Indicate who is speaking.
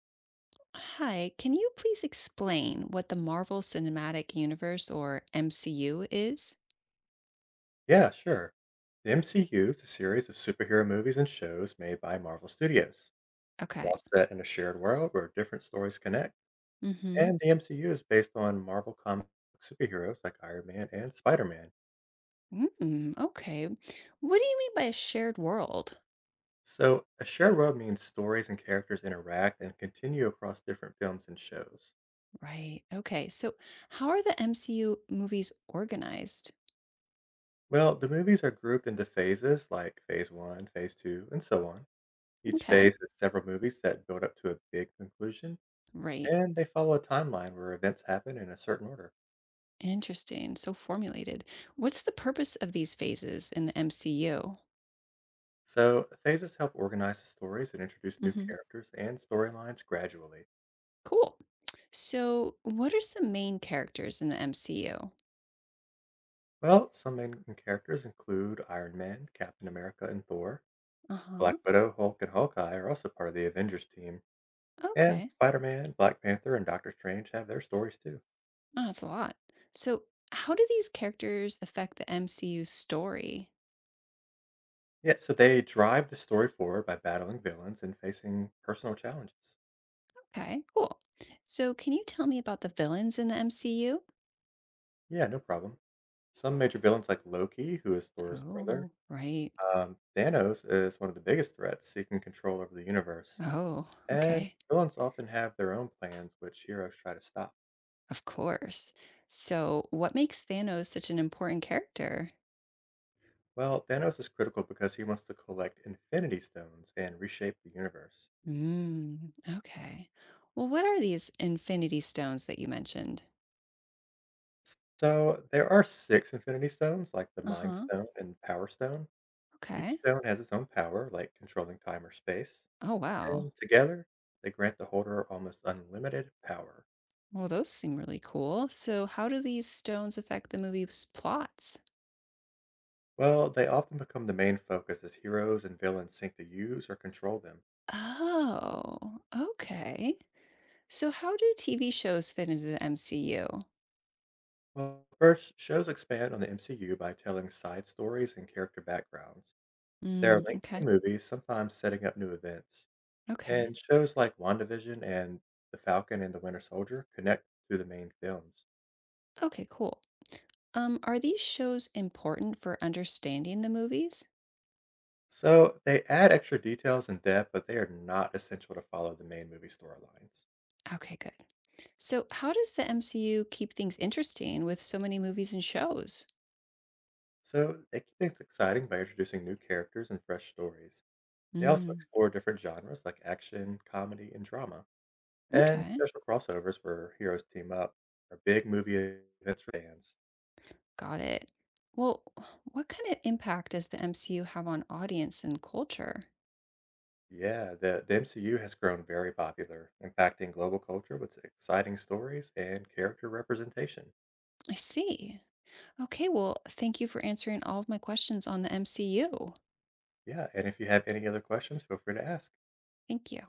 Speaker 1: Hi, can you please explain what the Marvel Cinematic Universe or MCU is?
Speaker 2: Yeah, sure. The MCU is a series of superhero movies and shows made by Marvel Studios. It's
Speaker 1: Okay.
Speaker 2: all set in a shared world where different stories connect,
Speaker 1: Mm-hmm.
Speaker 2: and the MCU is based on Marvel comic superheroes like Iron Man and Spider Man.
Speaker 1: Mm, okay. What do you mean by a shared world?
Speaker 2: So, a shared world means stories and characters interact and continue across different films and shows.
Speaker 1: Right. Okay. So, how are the MCU movies organized?
Speaker 2: Well, the movies are grouped into phases like phase one, phase two, and so on. Each
Speaker 1: Okay.
Speaker 2: phase is several movies that build up to a big conclusion,
Speaker 1: Right.
Speaker 2: and they follow a timeline where events happen in a certain order.
Speaker 1: Interesting. So formulated. What's the purpose of these phases in the MCU?
Speaker 2: So, phases help organize the stories and introduce new
Speaker 1: Mm-hmm.
Speaker 2: characters and storylines gradually.
Speaker 1: Cool. So, what are some main characters in the MCU?
Speaker 2: Well, some main characters include Iron Man, Captain America, and Thor. Black
Speaker 1: Uh-huh.
Speaker 2: Widow, Hulk, and Hawkeye are also part of the Avengers team. And
Speaker 1: Okay.
Speaker 2: Spider Man, Black Panther, and Doctor Strange have their stories too.
Speaker 1: Oh, that's a lot. So, how do these characters affect the MCU's story?
Speaker 2: Yeah, so they drive the story forward by battling villains and facing personal challenges.
Speaker 1: Okay, cool. So, can you tell me about the villains in the MCU?
Speaker 2: Yeah, no problem. Some major villains like Loki, who is Thor's brother,
Speaker 1: Oh, right.
Speaker 2: Thanos is one of the biggest threats seeking control over the universe.
Speaker 1: Oh,
Speaker 2: And
Speaker 1: okay.
Speaker 2: villains often have their own plans, which heroes try to stop.
Speaker 1: Of course. So, what makes Thanos such an important character?
Speaker 2: Well, Thanos is critical because he wants to collect Infinity Stones and reshape the universe.
Speaker 1: Mm, okay. Well, what are these Infinity Stones that you mentioned?
Speaker 2: So there are six Infinity Stones, like the
Speaker 1: Uh
Speaker 2: Mind
Speaker 1: huh.
Speaker 2: Stone and Power Stone. Each
Speaker 1: Okay.
Speaker 2: stone has its own power, like controlling time or space.
Speaker 1: Oh, wow.
Speaker 2: And together, they grant the holder almost unlimited power.
Speaker 1: Well, those seem really cool. So, how do these stones affect the movie's plots?
Speaker 2: Well, they often become the main focus as heroes and villains seek to use or control them.
Speaker 1: Oh, okay. So how do TV shows fit into the MCU?
Speaker 2: Well, first, shows expand on the MCU by telling side stories and character backgrounds. They are
Speaker 1: Mm,
Speaker 2: linked to
Speaker 1: okay.
Speaker 2: the movies, sometimes setting up new events.
Speaker 1: Okay.
Speaker 2: And shows like WandaVision and The Falcon and the Winter Soldier connect to the main films.
Speaker 1: Okay, cool. Are these shows important for understanding the movies?
Speaker 2: So they add extra details and depth, but they are not essential to follow the main movie storylines.
Speaker 1: Okay, good. So how does the MCU keep things interesting with so many movies and shows?
Speaker 2: So they keep things exciting by introducing new characters and fresh stories. They also
Speaker 1: Mm,
Speaker 2: explore different genres like action, comedy, and drama. And
Speaker 1: okay.
Speaker 2: special crossovers where heroes team up are big movie events for fans.
Speaker 1: Got it. Well, what kind of impact does the MCU have on audience and culture?
Speaker 2: Yeah, the MCU has grown very popular, impacting global culture with exciting stories and character representation.
Speaker 1: I see. Okay, well, thank you for answering all of my questions on the MCU.
Speaker 2: Yeah, and if you have any other questions, feel free to ask.
Speaker 1: Thank you.